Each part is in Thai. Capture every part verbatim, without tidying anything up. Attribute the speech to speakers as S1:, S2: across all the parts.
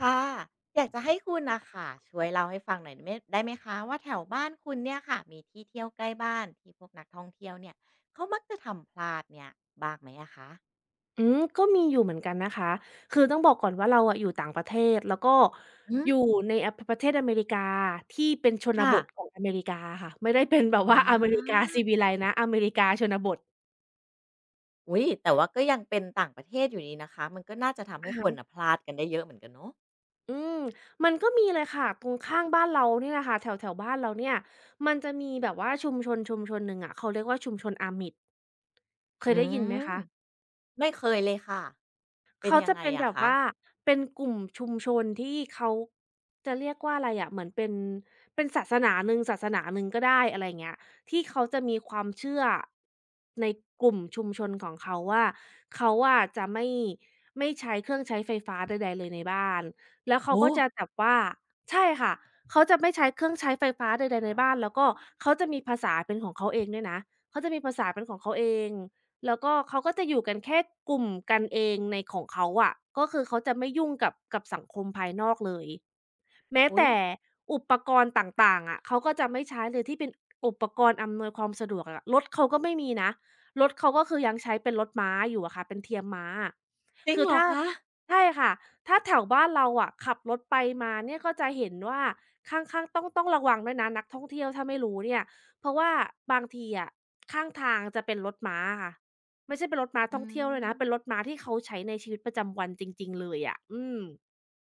S1: ค่ะอยากจะให้คุณนะค่ะช่วยเล่าให้ฟังหน่อยได้ไหมได้ไหมคะว่าแถวบ้านคุณเนี่ยค่ะมีที่เที่ยวใกล้บ้านที่พวกนักท่องเที่ยวเนี่ยเขามักจะทำพลาดเนี่ยบ้างไหมอะคะ
S2: อืมก็มีอยู่เหมือนกันนะคะคือต้องบอกก่อนว่าเราอะอยู่ต่างประเทศแล้วก็
S1: อื
S2: อยู่
S1: ม
S2: ในอะปประเทศอเมริกาที่เป็นชนบ
S1: ค่ะ
S2: ทของอเมริกาค่ะไม่ได้เป็นแบบ
S1: อ๋
S2: ว่า อเมริกา
S1: อ
S2: ซีวิไลซ์นะอเมริกาชนบท
S1: อุ้ยแต่ว่าก็ยังเป็นต่างประเทศอยู่นี่นะคะมันก็น่าจะทำให้
S2: อะ
S1: คน
S2: ฮะ
S1: นะพลาดกันได้เยอะเหมือนกันเนาะ
S2: อืมมันก็มีเลยค่ะตรงข้างบ้านเราเนี่ยแหละค่ะแถวๆบ้านเราเนี่ยมันจะมีแบบว่าชุมชนชุมชนหนึ่งอะเขาเรียกว่าชุมชนอามิดเค
S1: อื
S2: ยได้ยินไหม
S1: ม
S2: คะ
S1: ไม่เคยเลยค่ะเป็น
S2: เขา
S1: ยั
S2: จะ
S1: งไง
S2: เป็น
S1: อะ
S2: แบบ
S1: คะ
S2: ว่าเป็นกลุ่มชุมชนที่เขาจะเรียกว่าอะไรอะเหมือนเป็นเป็นศาสนาหนึ่งศาสนาหนึ่งก็ได้อะไรอย่างเงี้ยที่เขาจะมีความเชื่อในกลุ่มชุมชนของเขาว่าเขาอะจะไม่ไม่ใช้เครื่องใช้ไฟฟ้าใดๆเลยในบ้านแล้วเขา
S1: โอ้
S2: ก็จะแบบว่าใช่ค่ะเขาจะไม่ใช้เครื่องใช้ไฟฟ้าใดๆในบ้านแล้วก็เขาจะมีภาษาเป็นของเขาเองด้วยนะเขาจะมีภาษาเป็นของเขาเอง แล้วก็เขาก็จะอยู่กันแค่กลุ่มกันเองในของเขาอะก็คือเขาจะไม่ยุ่งกับกับสังคมภายนอกเลยแม้
S1: อุ้ย
S2: แต่อุปกรณ์ต่างๆอะเขาก็จะไม่ใช้เลยที่เป็นอุปกรณ์อำนวยความสะดวกอะรถเขาก็ไม่มีนะรถเขาก็คือยังใช้เป็นรถม้าอยู่อะค่ะเป็นเทียมม้า
S1: จริง
S2: คือ
S1: เหรอ
S2: ถ้า
S1: คะ
S2: ใช่ค่ะถ้าแถวบ้านเราอะขับรถไปมาเนี่ยก็จะเห็นว่าข้างๆต้องต้องระวังด้วยนะนักท่องเที่ยวถ้าไม่รู้เนี่ยเพราะว่าบางทีอะข้างทางจะเป็นรถม้าอะค่ะ ไม่ใช่เป็นรถม้า
S1: อื
S2: ท่องเที่ยวด้วยนะเป็นรถ
S1: ม
S2: ม้าที่เขาใช้ในชีวิตประจำวันจริงๆเลยอะอืม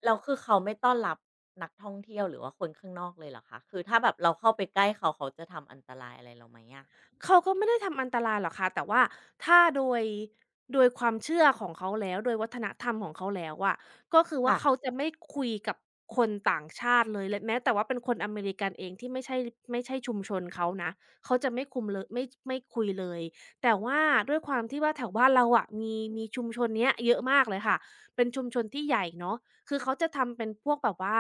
S1: แล้วคือเขาไม่ต้อนรับนักท่องเที่ยวหรือว่าคนข้างนอกเลยเหรอคะคือถ้าแบบเราเข้าไปใกล้เขาเขาจะทำอันตรายอะไรเราไหมอะ
S2: เขาก็ไม่ได้ทำอันตรายหรอกค่ะแต่ว่าถ้าโดยโดยความเชื่อของเขาแล้วโดยวัฒนธรรมของเขาแล้วอะก็คือว่า
S1: ค่ะ
S2: เขาจะไม่คุยกับคนต่างชาติเลยและแม้แต่ว่าเป็นคนอเมริกันเองที่ไม่ใช่ไม่ใช่ชุมชนเขานะเขาจะไม่คุมเลยไม่ไม่คุยเลยแต่ว่าด้วยความที่ว่าแถวบ้านเราอะมีมีชุมชนเนี้ยเยอะมากเลยค่ะเป็นชุมชนที่ใหญ่เนาะคือเขาจะทำเป็นพวกแบบว่า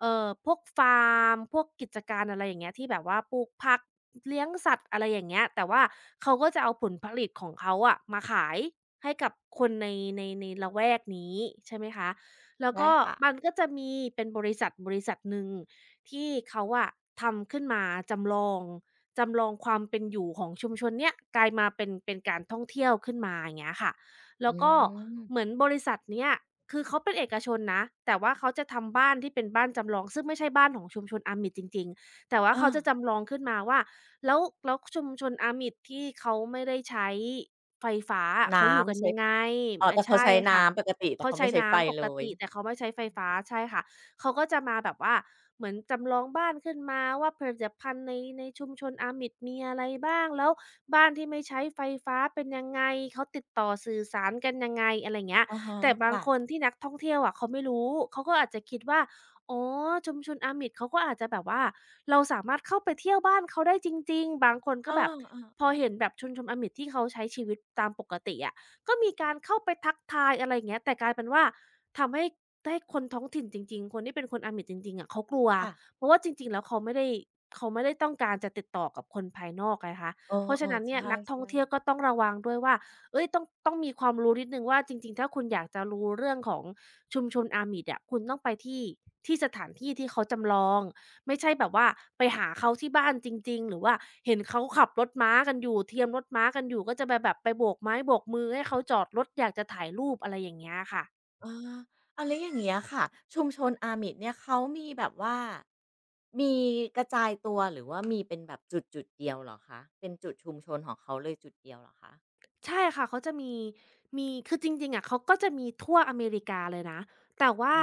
S2: เอ่อพวกฟาร์มพวกกิจการอะไรอย่างเงี้ยที่แบบว่าปลูกผักเลี้ยงสัตว์อะไรอย่างเงี้ยแต่ว่าเขาก็จะเอาผลผลิตของเขาอะมาขายให้กับคนในในในละแวกนี้ใช่ไหมคะแล้ว
S1: ได้
S2: ก็
S1: ค่ะ
S2: มันก็จะมีเป็นบริษัทบริษัทหนึ่งที่เขาอะทำขึ้นมาจำลองจำลองความเป็นอยู่ของชุมชนเนี้ยกลายมาเป็นเป็นการท่องเที่ยวขึ้นมาอย่างเงี้ยค่ะ แล้
S1: อื
S2: วก็
S1: ม
S2: เหมือนบริษัทเนี้ยคือเขาเป็นเอกชนนะแต่ว่าเขาจะทำบ้านที่เป็นบ้านจำลองซึ่งไม่ใช่บ้านของชุมชนอาหมิดจริงๆแต่ว่า
S1: อา
S2: เขาจะจำลองขึ้นมาว่าแล้วแล้วชุมชนอาหมิดที่เขาไม่ได้ใช้ไฟฟ้าอะ
S1: น้
S2: เขาอยู่กั
S1: ำ
S2: น
S1: ใช้
S2: ยังไง
S1: อ๋อ
S2: อา
S1: แต่เขา
S2: ใช่
S1: ใช้
S2: ค่ะ
S1: น้ำปกติแต่
S2: เขา
S1: เขาไม่
S2: ใช้
S1: ใช้ไฟ
S2: น้ำป
S1: เล
S2: ก
S1: ย
S2: ติแต่เขาไม่ใช้ไฟฟ้าใช่ค่ะ เขาก็จะมาแบบว่าเหมือนจำลองบ้านขึ้นมาว่าผลิตภัณฑ์ในในชุมชนอามิดมีอะไรบ้างแล้วบ้านที่ไม่ใช้ไฟฟ้าเป็นยังไงเขาติดต่อสื่อสารกันยังไงอะไรยเงี้ย
S1: อะฮะ
S2: แต่บาง
S1: ค่ะ
S2: คนที่นักท่องเที่ยวอะเขาไม่รู้เขาก็อาจจะคิดว่าอ๋อชุมชนอามิดเขาก็อาจจะแบบว่าเราสามารถเข้าไปเที่ยวบ้านเขาได้จริงๆบางคน
S1: เ
S2: ก็แบบพ
S1: ออ
S2: อเห็นแบบชุมชนอามิดที่เขาใช้ชีวิตตามปกติอะก็มีการเข้าไปทักทายอะไรอย่างเงี้ยแต่กลายเป็นว่า ทำให้ได้คนท้องถิ่นจริงๆ คนที่เป็นคนอาหมิดจริงๆอะเขากลัว
S1: ๆค่ะ
S2: เพราะว่าจริงๆแล้วเขาไม่ได้เขาไม่ได้ต้องการจะติดต่อกับคนภายนอกไงคะ
S1: เอ
S2: เพราะฉะ
S1: อ
S2: นั้น
S1: ๆ
S2: เนี่ย
S1: ใช่
S2: นักท่องเที่ยวก็
S1: ๆ
S2: ต้องระวังด้วยว่าเฮ้ยต้องต้องมีความรู้นิดหนึ่งว่าจริงๆ ถ้าคุณอยากจะรู้เรื่องของชุมชนอาหมิดอะคุณต้องไปที่ที่สถานที่ที่เขาจำลอง ไม่ใช่แบบว่าไปหาเขาที่บ้านจริงๆ หรือว่าเห็นเขาขับรถม้ากันอยู่เทียมรถม้ากันอยู่ก็จะไปแบบไปโบกไม้โบกมือให้เขาจอดรถอยากจะถ่ายรูปอะไรอย่างเงี้ยค่ะ
S1: เอออ้าวแล้วอย่างเงี้ยค่ะชุมชนอาหมิ t เนี่ยเขามีแบบว่ามีกระจายตัวหรือว่ามีเป็นแบบจุดๆเดียวเหรอคะเป็นจุดชุมชนของเขาเลยจุดเดียวเหรอคะ
S2: ใช่ค่ะเขาจะมีมีคือจริงๆอะเขาก็จะมีทั่วอเมริกาเลยนะแต่ว่า
S1: อื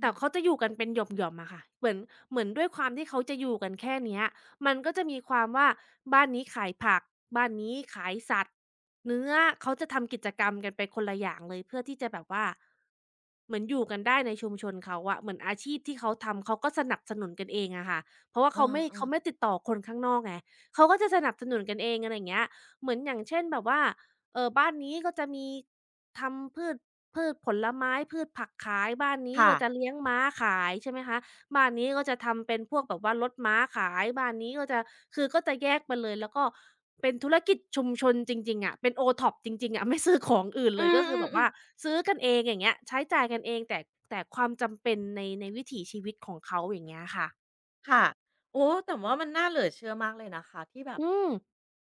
S2: แต่เขาจะอยู่กันเป็นหย่อมๆอะค่ะเหมือนเหมือนด้วยความที่เขาจะอยู่กันแค่เนี้ยมันก็จะมีความว่าบ้านนี้ขายผักบ้านนี้ขายสัตว์เนื้อเขาจะทำกิจกรรมกันไปคนละอย่างเลยเพื่อที่จะแบบว่าเหมือนอยู่กันได้ในชุมชนเขาอะเหมือนอาชีพที่เขาทำเขาก็สนับสนุนกันเองอะค่ะเพราะว่า
S1: เอ
S2: เขาไม่
S1: อ
S2: เขาไม่
S1: ๆ
S2: ติดต่อคนข้างนอกไงเขาก็จะสนับสนุนกันเองอะไรอย่างเงี้ยเหมือนอย่างเช่นแบบว่า เออบ้านนี้ก็จะมีทำพืชพืชผลไม้พืชผักขายบ้านนี้
S1: ค่ะ
S2: ก็
S1: ๆ
S2: จะเลี้ยงม้าขายใช่ไหมคะบ้านนี้ก็จะทำเป็นพวกแบบว่ารถม้าขายบ้านนี้ก็จะคือก็จะแยกไปเลยแล้วก็เป็นธุรกิจชุมชนจริงๆอะเป็น โอทอป จริงๆอะไม่ซื้อของอื่น
S1: อื
S2: เลยก็คือแบ
S1: ม
S2: บว่า
S1: ๆๆ
S2: ซื้อกันเองอย่างเงี้ยใช้จ่ายกันเองแต่แต่ความจำเป็นในในวิถีชีวิตของเขาอย่างเงี้ยค่ะ
S1: ค่ะโอ้แต่ว่ามันน่าเหลือเชื่อมากเลยนะคะที่แบบ
S2: อืม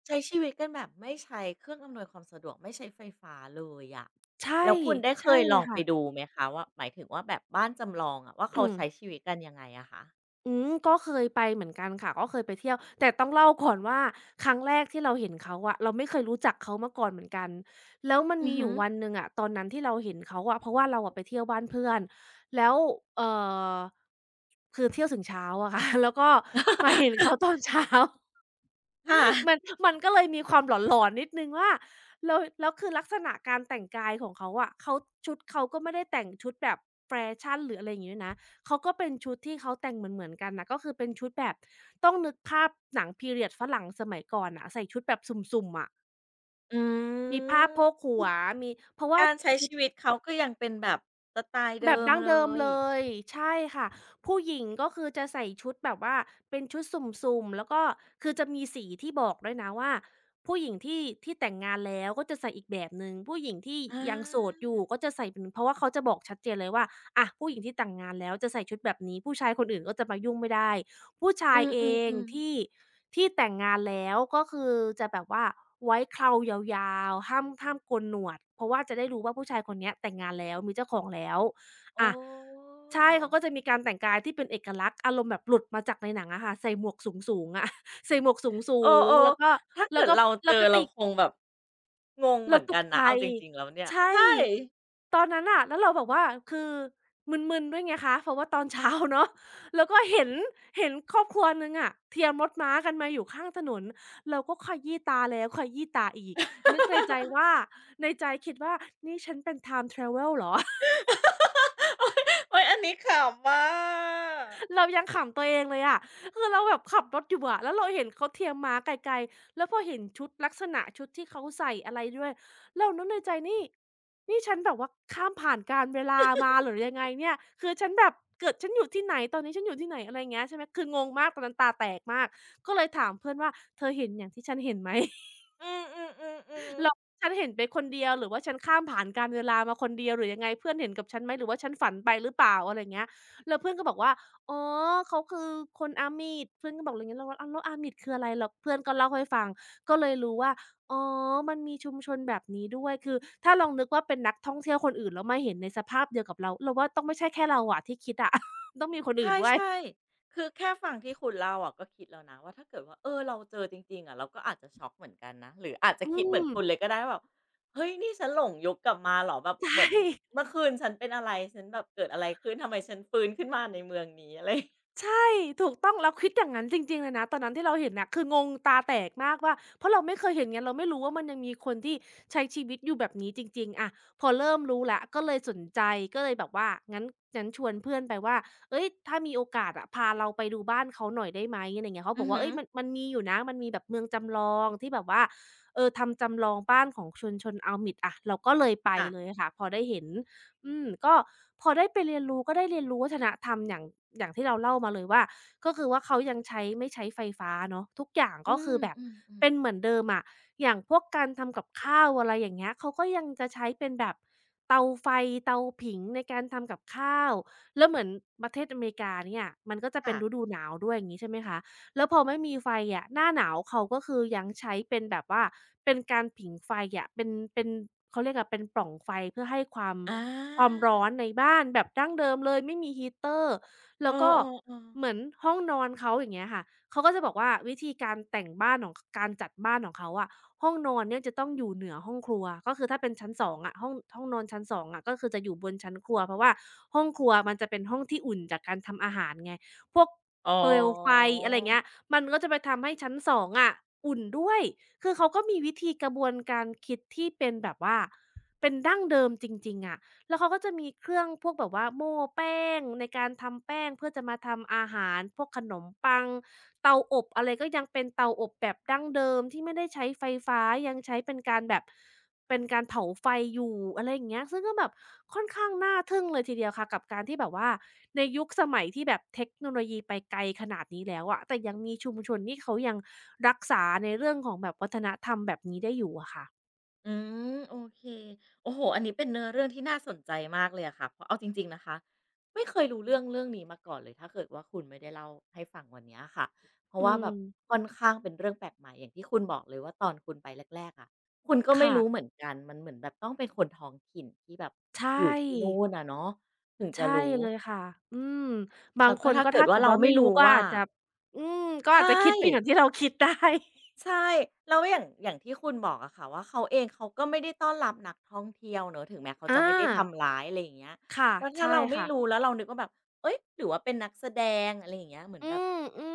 S1: ใช้ชีวิตกันแบบไม่ใช้เครื่องอำนวยความสะดวกไม่ใช้ไฟฟ้าเลยอะ
S2: ใช่
S1: แล้วคุณได้เค
S2: ใช่
S1: ยล
S2: เล
S1: อ
S2: ย
S1: งไป
S2: ค่ะ
S1: ดูไหมคะว่าหมายถึงว่าแบบบ้านจำลองอะว่าเขา
S2: อืม
S1: ใช้ชีวิตกันยังไงอะคะ
S2: อืมก็เคยไปเหมือนกันค่ะก็เคยไปเที่ยวแต่ต้องเล่าก่อนว่าครั้งแรกที่เราเห็นเขาอะเราไม่เคยรู้จักเขามาก่อนเหมือนกันแล้วมัน
S1: อื
S2: มี
S1: อ
S2: อ
S1: ฮึ
S2: ยู่วันหนึ่งอะตอนนั้นที่เราเห็นเขาอะเพราะว่าเราอะไปเที่ยวบ้านเพื่อนแล้วเอ่อคือเที่ยวถึงเช้าอะค่ะ แล้วก็มาเห็นเขาตอน เช้า มัน
S1: ค่ะ
S2: มันก็เลยมีความหลอนๆนิดหนึ่งว่าแล้วแล้วคือลักษณะการแต่งกายของเขาอะเขาชุดเขาก็ไม่ได้แต่งชุดแบบแฟชั่นหรืออะไรอย่างงี้ด้วยนะเขาก็เป็นชุดที่เขาแต่งเหมือนๆกันน่ะก็คือเป็นชุดแบบต้องนึกภาพหนัง period ฝรั่งสมัยก่อนน่ะใส่ชุดแบบสุ่มๆอะ
S1: อื
S2: มีผ้าโพก
S1: ม
S2: หัวมีเพราะว่า
S1: การใช้
S2: ชุด
S1: ชีวิตเขาก็ยังเป็นแบบสไตล์
S2: แบ
S1: เดิ
S2: บ
S1: ม
S2: ดั้ง
S1: เล
S2: เดิม
S1: ย
S2: เลยใช่ค่ะผู้หญิงก็คือจะใส่ชุดแบบว่าเป็นชุดสุ่มๆแล้วก็คือจะมีสีที่บอกด้วยนะว่าผู้หญิงที่ที่แต่งงานแล้วก็จะใส่อีกแบบหนึ่งผู้หญิงที่
S1: อา
S2: ยังโสดอยู่ก็จะใส่เป็นเพราะว่าเขาจะบอกชัดเจนเลยว่าอะผู้หญิงที่แต่งงานแล้วจะใส่ชุดแบบนี้ผู้ชายคนอื่นก็จะมายุ่งไม่ได้ผู้ชา
S1: อื
S2: ยเอง
S1: อๆ
S2: ที่
S1: ๆ
S2: ที่แต่งงานแล้วก็คือจะแบบว่าไว้เครายาวๆห้ามห้ามโกนหนวดเพราะว่าจะได้รู้ว่าผู้ชายคนเนี้ยแต่งงานแล้วมีเจ้าของแล้ว
S1: โอ้
S2: อะใช่เขาก็จะมีการแต่งกายที่เป็นเอกลักษณ์อารมณ์แบบหลุดมาจากในหนังอะค่ะใส่หมวกสูงๆอะ ใส่หมวกสู
S1: เออ
S2: งๆแล้วก็
S1: ๆถ้า
S2: แล้
S1: เกิ
S2: ว
S1: ด
S2: ก็
S1: เราเจ
S2: แล้ว
S1: อ
S2: ก็
S1: เรา
S2: ตี
S1: คงแบบงงเหมื
S2: เรา
S1: อน
S2: ต
S1: กั
S2: ก
S1: นนะ
S2: ใจ
S1: เอาจริงๆแล้วเนี่ย
S2: ใช่
S1: ใช่
S2: ตอนนั้นน่ะแล้วเราแบบว่าคือมึนๆด้วยไงคะเพราะว่าตอนเช้าเนาะ แล้วก็เห็นเห็นครอบครัวหนึ่งอะเทียมรถม้ากันมาอยู่ข้างถนนเราก็ขยี้ตาแล้วขยี้ตาอีกนึกในใจว่าในใจคิดว่านี่ฉันเป็น ไทม์แทรเวล เหรอ
S1: โอ๊ยโอ๊ยอันนี้ขำอะ
S2: เรายังขำตัวเองเลยอะคือเราแบบขับรถอยู่อะแล้วเราเห็นเขาเทียมม้าไกลๆแล้วพอเห็นชุดลักษณะชุดที่เขาใส่อะไรด้วยเรานึกในใจนี่ นี่ฉันแบบว่าข้ามผ่านกาลเวลามาหรือยังไงเนี่ยคือฉันแบบเกิดฉันอยู่ที่ไหนตอนนี้ฉันอยู่ที่ไหนอะไรอย่างเงี้ยใช่ไหมคืองงมากตอนนั้นตาแตกมากก็เลยถามเพื่อนว่าเธอเห็นอย่างที่ฉันเห็นไหม
S1: อืม
S2: ห
S1: ๆๆ
S2: รอก
S1: ๆ
S2: ฉันเห็นไปคนเดียวหรือว่าฉันข้ามผ่านกาลเวลามาคนเดียวหรือยังไงเพื่อนเห็นกับฉันไหมหรือว่าฉันฝันไปหรือเปล่าอะไรเงี้ยแล้วเพื่อนก็บอกว่าอ๋อเขาคือคนอาหมีดเพื่อนก็บอกไรงี้เราก็อ้าวแล้วอาหมีดคืออะไรแล้วเพื่อนก็เล่าให้ฟังก็เลยรู้ว่าอ๋อมันมีชุมชนแบบนี้ด้วยคือถ้าลองนึกว่าเป็นนักท่องเที่ยวคนอื่นแล้วมาเห็นในสภาพเดียวกับเราเราว่าต้องไม่ใช่แค่เราอะที่คิดอะ ต้องมีคน
S1: ใ
S2: อื่นด้วย
S1: ช่ๆคือแค่ฟังที่คุณเล่าอะก็คิดแล้วนะว่าถ้าเกิดว่าเออเราเจอจริงๆอะเราก็อาจจะช็อกเหมือนกันนะหรืออาจจะ
S2: อื
S1: คิดเหมือน
S2: ม
S1: คุณเลยก็ได้ว่าแบบเฮ้ยนี่ฉันหลงยุคกลับมาเหรอแบบเห
S2: ใช่
S1: มือนเมื่อคืนฉันเป็นอะไรฉันแบบเกิดอะไรขึ้นทำไมฉันฟื้นขึ้นมาในเมืองนี้อะไร
S2: ใช่ถูกต้องเราคิดอย่างงั้นจริงๆเลยนะตอนนั้นที่เราเห็นน่ะคืองงตาแตกมากว่าเพราะเราไม่เคยเห็นไงเราไม่รู้ว่ามันยังมีคนที่ใช้ชีวิตอยู่แบบนี้จริงๆอะพอเริ่มรู้แล้วก็เลยสนใจก็เลยแบบว่างั้นงั้นชวนเพื่อนไปว่าเฮ้ยถ้ามีโอกาสอะพาเราไปดูบ้านเขาหน่อยได้ไหมอะไรอย่างเงี้ยเขา
S1: อื
S2: บอ
S1: อ
S2: กว่า
S1: ฮึ
S2: เฮ้ยมันมันมีอยู่นะมันมีแบบเมืองจำลองที่แบบว่าเออทำจำลองบ้านของชนชน Inuit" อะเราก็เลยไป
S1: ค่ะ
S2: เลยค่ะพอได้เห็น อืมก็พอได้ไปเรียนรู้ก็ได้เรียนรู้วัฒนธรรมอย่างอย่างที่เราเล่ามาเลยว่าก็คือว่าเขายังใช้ไม่ใช้ไฟฟ้าเนาะทุกอย่าง
S1: อื
S2: ก็คือ
S1: ม
S2: แบบ
S1: อือ
S2: เป็นเห
S1: ๆ
S2: มือนเดิมอะอย่างพวกการทำกับข้าวอะไรอย่างเงี้ยเขาก็ยังจะใช้เป็นแบบเตาไฟเตาผิงในการทำกับข้าวแล้วเหมือนประเทศอเมริกาเนี่ยมันก็จะเป็นฤ
S1: ค่ะ
S2: ดูหนาวด้วยอย่างงี้ใช่ไหมคะแล้วพอไม่มีไฟอะหน้าหนาวเขาก็คือยังใช้เป็นแบบว่าเป็นการผิงไฟอะเป็นเป็นเขาเรียกอะเป็นปล่องไฟเพื่อให้ความ
S1: อา
S2: ความร้อนในบ้านแบบดั้งเดิมเลยไม่มี heater
S1: เอ
S2: แล้ว
S1: อ
S2: ก็
S1: ๆ
S2: เหมือน
S1: ๆ
S2: ห้องนอนเขาอย่างเงี้ยค่ะเขาก็จะบอกว่าวิธีการแต่งบ้านของการจัดบ้านของเขาอะห้องนอนเนี่ยจะต้องอยู่เหนือห้องครัวก็คือถ้าเป็นชั้นสองอะห้องห้องนอนชั้นสองอะก็คือจะอยู่บนชั้นครัวเพราะว่าห้องครัวมันจะเป็นห้องที่อุ่นจากการทำอาหารไงพวก
S1: อ๋อ
S2: เปลวไฟอะไรอย่างเงี้ยมันก็จะไปทำให้ชั้นสององอะอุ่นด้วยคือเขาก็มีวิธีกระบวนการคิดที่เป็นแบบว่าเป็นดั้งเดิมจริงๆอะ แล้วเขาก็จะมีเครื่องพวกแบบว่าโม่แป้งในการทำแป้งเพื่อจะมาทำอาหารพวกขนมปังเตาอบอะไรก็ยังเป็นเตาอบแบบดั้งเดิมที่ไม่ได้ใช้ไฟฟ้ายังใช้เป็นการแบบเป็นการเผาไฟอยู่อะไรอย่างเงี้ยซึ่งก็แบบค่อนข้างน่าทึ่งเลยทีเดียวค่ะกับการที่แบบว่าในยุคสมัยที่แบบเทคโนโลยีไปไกลขนาดนี้แล้วอะแต่ยังมีชุมชนที่เขายังรักษาในเรื่องของแบบวัฒนธรรมแบบนี้ได้อยู่อะค่ะ
S1: อืมโอเคโอ้โฮอันนี้เป็นเนื้อเรื่องที่น่าสนใจมากเลยอะค่ะเพราะเอาจริงๆ นะคะ ไม่เคยรู้เรื่องเรื่องนี้มาก่อนเลย ถ้าเกิดว่าคุณไม่ได้เล่าให้ฟังวันเนี้ยค่ะเพราะ
S2: อื
S1: ว่าแบ
S2: ม
S1: บค่อนข้างเป็นเรื่องแปลกใหม่อย่างที่คุณบอกเลยว่าตอนคุณไปแรกๆอะคุณก็ไม่รู้เห
S2: ค่ะ
S1: มือนกัน มันเหมือนแบบต้องเป็นคนท้องถิ่นที่แบบ
S2: ใช
S1: อ
S2: ่
S1: ยู่ที่นู่นอะเนาะถึงจะ
S2: ใช่
S1: รู้
S2: เลยค่ะอืมบาง
S1: แล้ว
S2: ค
S1: ก็
S2: น
S1: ถ้า
S2: ก็
S1: เกิด
S2: ถ้า
S1: ว่า
S2: เกิด
S1: เรา
S2: ว่าไม่
S1: ไม่
S2: รู้
S1: รู้
S2: ก็
S1: ว่า
S2: อาจจะอืมก็
S1: ใช่
S2: อาจจะคิดเป็นอย่างที่เราคิดได้
S1: ใช่แล้วอย่างอย่างที่คุณบอกอะค่ะว่าเขาเองเขาก็ไม่ได้ต้อนรับนักท่องเที่ยวเนาะถึงแม้เขา
S2: อา
S1: จะไม่ได้ทำร้ายอะไรอย่างเงี้ย
S2: ค่ะ
S1: แล้วถ้า
S2: ใช่
S1: เราไม่
S2: ค่ะ
S1: รู้แล้วเรานึกว่าแบบเฮ้ยหรือว่าเป็นนักแสดงอะไรอย่างเงี้ยเหมือน
S2: อื
S1: แบบ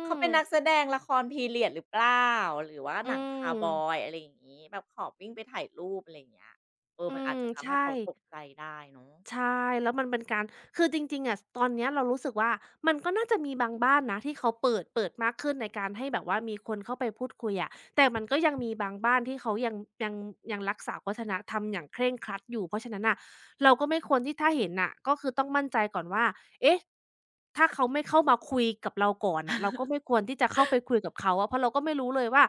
S1: เขา
S2: ม
S1: เป็นนัก
S2: ๆ
S1: แสดงละคร Period หรือเปล่าหรือว่า
S2: อื
S1: หนัง
S2: ม
S1: คาวบอยอะไรอย่างงี้แบบขอวิ่งไปถ่ายรูปอะไรอย่างเงี้ยเออ
S2: อื
S1: มันอาจ
S2: ม
S1: จะทำให้
S2: ใช่
S1: เขาตกใจได้เนาะ
S2: ใช่แล้วมันเป็นการคือจริงๆอะตอนเนี้ยเรารู้สึกว่ามันก็น่าจะมีบางบ้านนะที่เขาเปิดเปิดมากขึ้นในการให้แบบว่ามีคนเข้าไปพูดคุยอะแต่มันก็ยังมีบางบ้านที่เขายังยังยังรักษาวัฒนธรรมอย่างเคร่งครัดอยู่เพราะฉะนั้นน่ะเราก็ไม่ควรที่ถ้าเห็นน่ะก็คือต้องมั่นใจก่อนว่าเอ๊ะถ้าเขาไม่เข้ามาคุยกับเราก่อนน่ะเราก็ไม่ควรที่จะเข้าไปคุยกับเขาอะเพราะเราก็ไม่รู้เลยว่า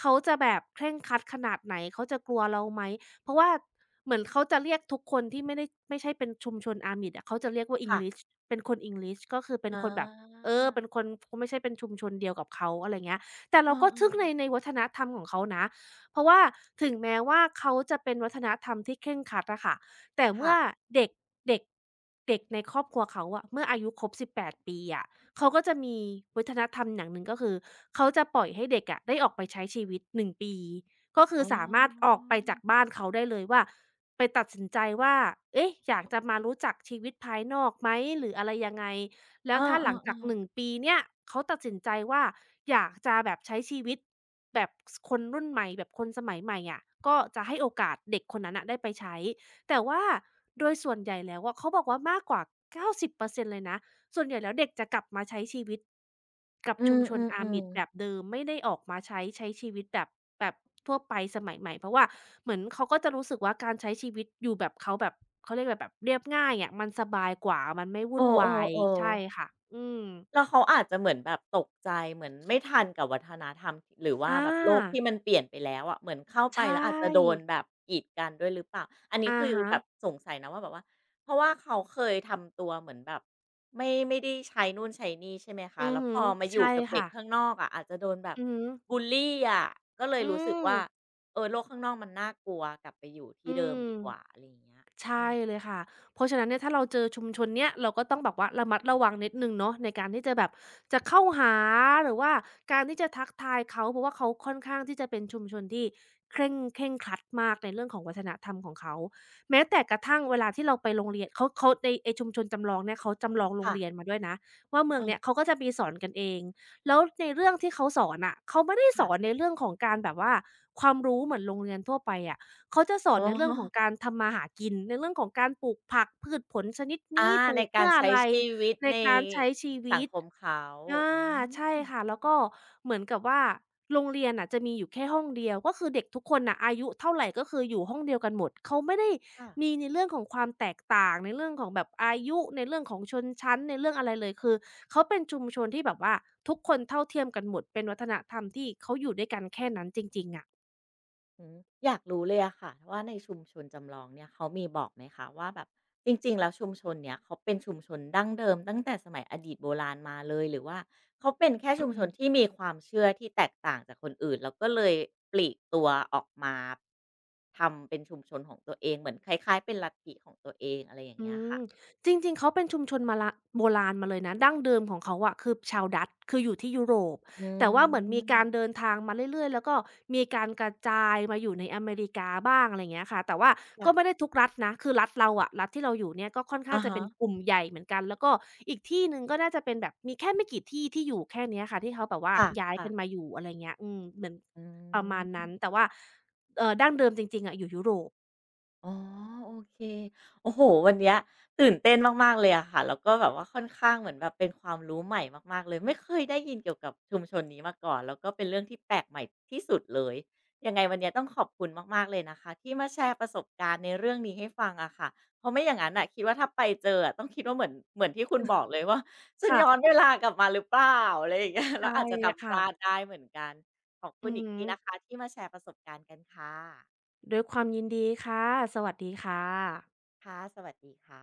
S2: เขาจะแบบเคร่งครัดขนาดไหนเขาจะกลัวเราไหม เพราะว่าเหมือนเขาจะเรียกทุกคนที่ไม่ได้ไม่ใช่เป็นชุมชนอาหมิดอะเขาจะเรียกว่า
S1: ค่ะ
S2: English เป็นคน English ก็คือเป็น
S1: อา
S2: คนแบบเออเป็นคนไม่ใช่เป็นชุมชนเดียวกับเขาอะไรเงี้ยแต่
S1: เอ
S2: เราก็ทึ่
S1: อ
S2: งในใน
S1: ๆ
S2: วัฒนธรรมของเขานะเพราะว่าถึงแม้ว่าเขาจะเป็นวัฒนธรรมที่เคร่งครัดอะค่ะแต่เมื่
S1: ค่ะ
S2: อเด็กเด็กเด็กในครอบครัวเขาอะเมื่ออายุครบสิบแปดปดปีอะเขาก็จะมีวัฒนธรรมอย่างหนึ่งก็คือเขาจะปล่อยให้เด็กอะได้ออกไปใช้ชีวิตหนึ่งปี ก็คือ
S1: อ๋อ
S2: สามารถออกไปจากบ้านเขาได้เลยว่าไปตัดสินใจว่าเอ๊ะอยากจะมารู้จักชีวิตภายนอกไหมหรืออะไรยังไง
S1: เอ
S2: แล้
S1: อ
S2: วถ้าหลังจากหนึ่ง
S1: ๆๆ
S2: ปีเนี่ยเขาตัดสินใจว่าอยากจะแบบใช้ชีวิตแบบสคนรุ่นใหม่แบบคนสมัยใหม่อะก็จะให้โอกาสเด็กคนนั้นน่ะได้ไปใช้แต่ว่าโดยส่วนใหญ่แล้วอะเขาบอกว่ามากกว่าเก้าสิบเปอร์เซ็นต์เปอร์เซ็นต์เลยนะ ส่วนใหญ่แล้วเด็กจะกลับมาใช้ชีวิตกับ
S1: อื
S2: ชุมชน a r มิ
S1: ม
S2: t
S1: ๆๆ
S2: แบบเดิมไม่ได้ออกมาใช้ใช้ชีวิตแบบแบบทั่วไปสมัยใหม่เพราะว่าเหมือนเขาก็จะรู้สึกว่าการใช้ชีวิตอยู่แบบเขาแบบเขาเรียกอะไรแบบเรียบง่ายอะมันสบายกว่ามันไม่
S1: เออ
S2: วุ่นวายใช่
S1: ๆๆ
S2: ค่ะอืม
S1: แล้วเขาอาจจะเหมือนแบบตกใจเหมือนไม่ทันกับวัฒนธรรมหรือว่า
S2: อ
S1: แบบโลกที่
S2: า
S1: มันเปลี่ยนไปแล้วอะเหมือนเข้า
S2: ใช
S1: ไปแล้วอาจจะโดน
S2: ่
S1: แบบกีดกันด้วยหรือเปล่าอันนี้
S2: อะ
S1: คือ
S2: ฮะ
S1: แบบสงสัยนะว่าแบบว่าเพราะว่าเขาเคยทำตัวเหมือนแบบไม่ไม่ได้ใช้นู่นใช้นี่ใช่ไหมคะ
S2: อือ
S1: แล้วพ
S2: ฮึ
S1: อมาอยู่
S2: ใช่
S1: กับเด็ก
S2: ค่ะ
S1: ข้างนอกอะอาจจะโดนแบบ
S2: อือฮึ
S1: บุลลีอะก็เลย
S2: อื
S1: รู้สึก
S2: ม
S1: ว่าเออโลกข้างนอกมันน่ากลัวกลับไปอยู่ที่
S2: อื
S1: เดิม
S2: ม
S1: ดีกว่าอะไรอย่างเงี้ย
S2: ใช่
S1: อืม
S2: เลยค่ะเพราะฉะนั้นเนี่ยถ้าเราเจอชุมชนเนี้ยเราก็ต้องแบบว่าระมัดระวังนิดหนึ่งเนาะในการที่จะแบบจะเข้าหาหรือว่าการที่จะทักทายเขาเพราะว่าเขาค่อนข้างที่จะเป็นชุมชนที่เคร่งเคร่งครัดมากในเรื่องของวัฒนธรรมของเขาแม้แต่กระทั่งเวลาที่เราไปโรงเรียนเขาเขาในไอชุมชนจำลองเนี่ยเขาจำลองโรง
S1: ค่ะ
S2: เรียนมาด้วยนะว่าเมื
S1: เอ
S2: อง
S1: อ
S2: เนี่ยเขาก็จะมีสอนกันเองแล้วในเรื่องที่เขาสอนน่ะเขาไม่ได้ส
S1: ค่ะ
S2: อนในเรื่องของการแบบว่าความรู้เหมือนโรงเรียนทั่วไปอะ เขาจะสอ
S1: อ๋
S2: น
S1: อ
S2: ในเรื่องของการทำมาหากินในเรื่องของการปลูกผักพืชผลชนิดนี้
S1: อา
S2: ปลู
S1: ใน
S2: ก
S1: กา
S2: เมื่
S1: ร
S2: อ
S1: ใช้
S2: ไร
S1: ชีวิต
S2: ใน
S1: ใน
S2: การใช้ชี
S1: สั
S2: วิ
S1: ง
S2: ต
S1: คมเขา
S2: อา
S1: อื
S2: ใช่
S1: ม
S2: ค่ะแล้วก็เหมือนกับว่าโรงเรียนน่ะจะมีอยู่แค่ห้องเดียวก็คือเด็กทุกคนน่ะอายุเท่าไรก็คืออยู่ห้องเดียวกันหมดเขาไม่ได้
S1: ค่ะ
S2: มีในเรื่องของความแตกต่างในเรื่องของแบบอายุในเรื่องของชนชั้นในเรื่องอะไรเลยคือเขาเป็นชุมชนที่แบบว่าทุกคนเท่าเทียมกันหมดเป็นวัฒนธรรมที่เขาอยู่ด้วยกันแค่นั้นจริงๆอะ
S1: อืมอยากรู้เลยอะค่ะว่าในชุมชนจำลองเนี่ยเขามีบอกไหมคะว่าแบบจริงๆแล้วชุมชนเนี้ยเขาเป็นชุมชนดั้งเดิมตั้งแต่สมัยอดีตโบราณมาเลยหรือว่าเขาเป็นแค่ชุมชนที่มีความเชื่อที่แตกต่างจากคนอื่นแล้วก็เลยปลีกตัวออกมาทำเป็นชุมชนของตัวเองเหมือนคล้ายๆเป็นลัทธิของตัวเองอะไรอย่าง
S2: อื
S1: เงี้ย
S2: ม
S1: ค่ะ
S2: จริงๆเขาเป็นชุมชนมาละโบราณมาเลยนะดั้งเดิมของเขาอะคือชาวดัตช์คืออยู่ที่ยุโรป
S1: อื
S2: แต่ว่าเหมือนมีการเดิ
S1: ม
S2: นทางมาเรื่อยๆแล้วก็มีการกระจายมาอยู่ในอเมริกาบ้างอะไรอย่างเงี้ยค่ะแต่ว่าก็
S1: ค่ะ
S2: ไม่ได้ทุกรัฐนะคือรัฐเราอะรัฐที่เราอยู่เนี่ยก็ค่อนข้าง
S1: อะ
S2: จะ
S1: ฮะ
S2: เป็นกลุ่มใหญ่เหมือนกันแล้วก็อีกที่หนึ่งก็น่าจะเป็นแบบมีแค่ไม่กี่ที่ที่อยู่แค่เนี้ยค่ะที่เขาแบบว่า
S1: ค
S2: ย้าย
S1: ่ะ
S2: กันมา
S1: ๆ
S2: อยู่อะไรเงี้ยอืมเหมือน
S1: อื
S2: ประมาณนั้น
S1: ม
S2: แต่ว่าเอ่อดั้งเดิมจริงๆอะอยู่ยุโรป
S1: อ๋อโอเคโอ้โฮวันเนี้ยตื่นเต้นมากๆเลยอะค่ะแล้วก็แบบว่าค่อนข้างเหมือนแบบเป็นความรู้ใหม่มากๆเลยไม่เคยได้ยินเกี่ยวกับชุมชนนี้มาก่อนแล้วก็เป็นเรื่องที่แปลกใหม่ที่สุดเลยยังไงวันเนี้ยต้องขอบคุณมากๆเลยนะคะที่มาแชร์ประสบการณ์ในเรื่องนี้ให้ฟังอะค่ะเพราะไม่อย่างนั้นน่ะคิดว่าถ้าไปเจออะต้องคิดว่าเหมือนเหมือนที่คุณบอกเลยว่าฉันย้อน
S2: ค่ะ
S1: เวลากลับมาหรือเปล่าอะไรอย่างเงี้ยแล้
S2: ใช่
S1: วอาจจะทำพลาด
S2: ค่ะ
S1: ได้เหมือนกันขอบคุ
S2: อื
S1: ณ
S2: อ
S1: อีก
S2: ฮึ
S1: ทีนะคะที่มาแชร์ประสบการณ์กันค่ะ
S2: ด้วยความยินดีค่ะ สวัสดีค่ะ
S1: ค่ะสวัสดีค่ะ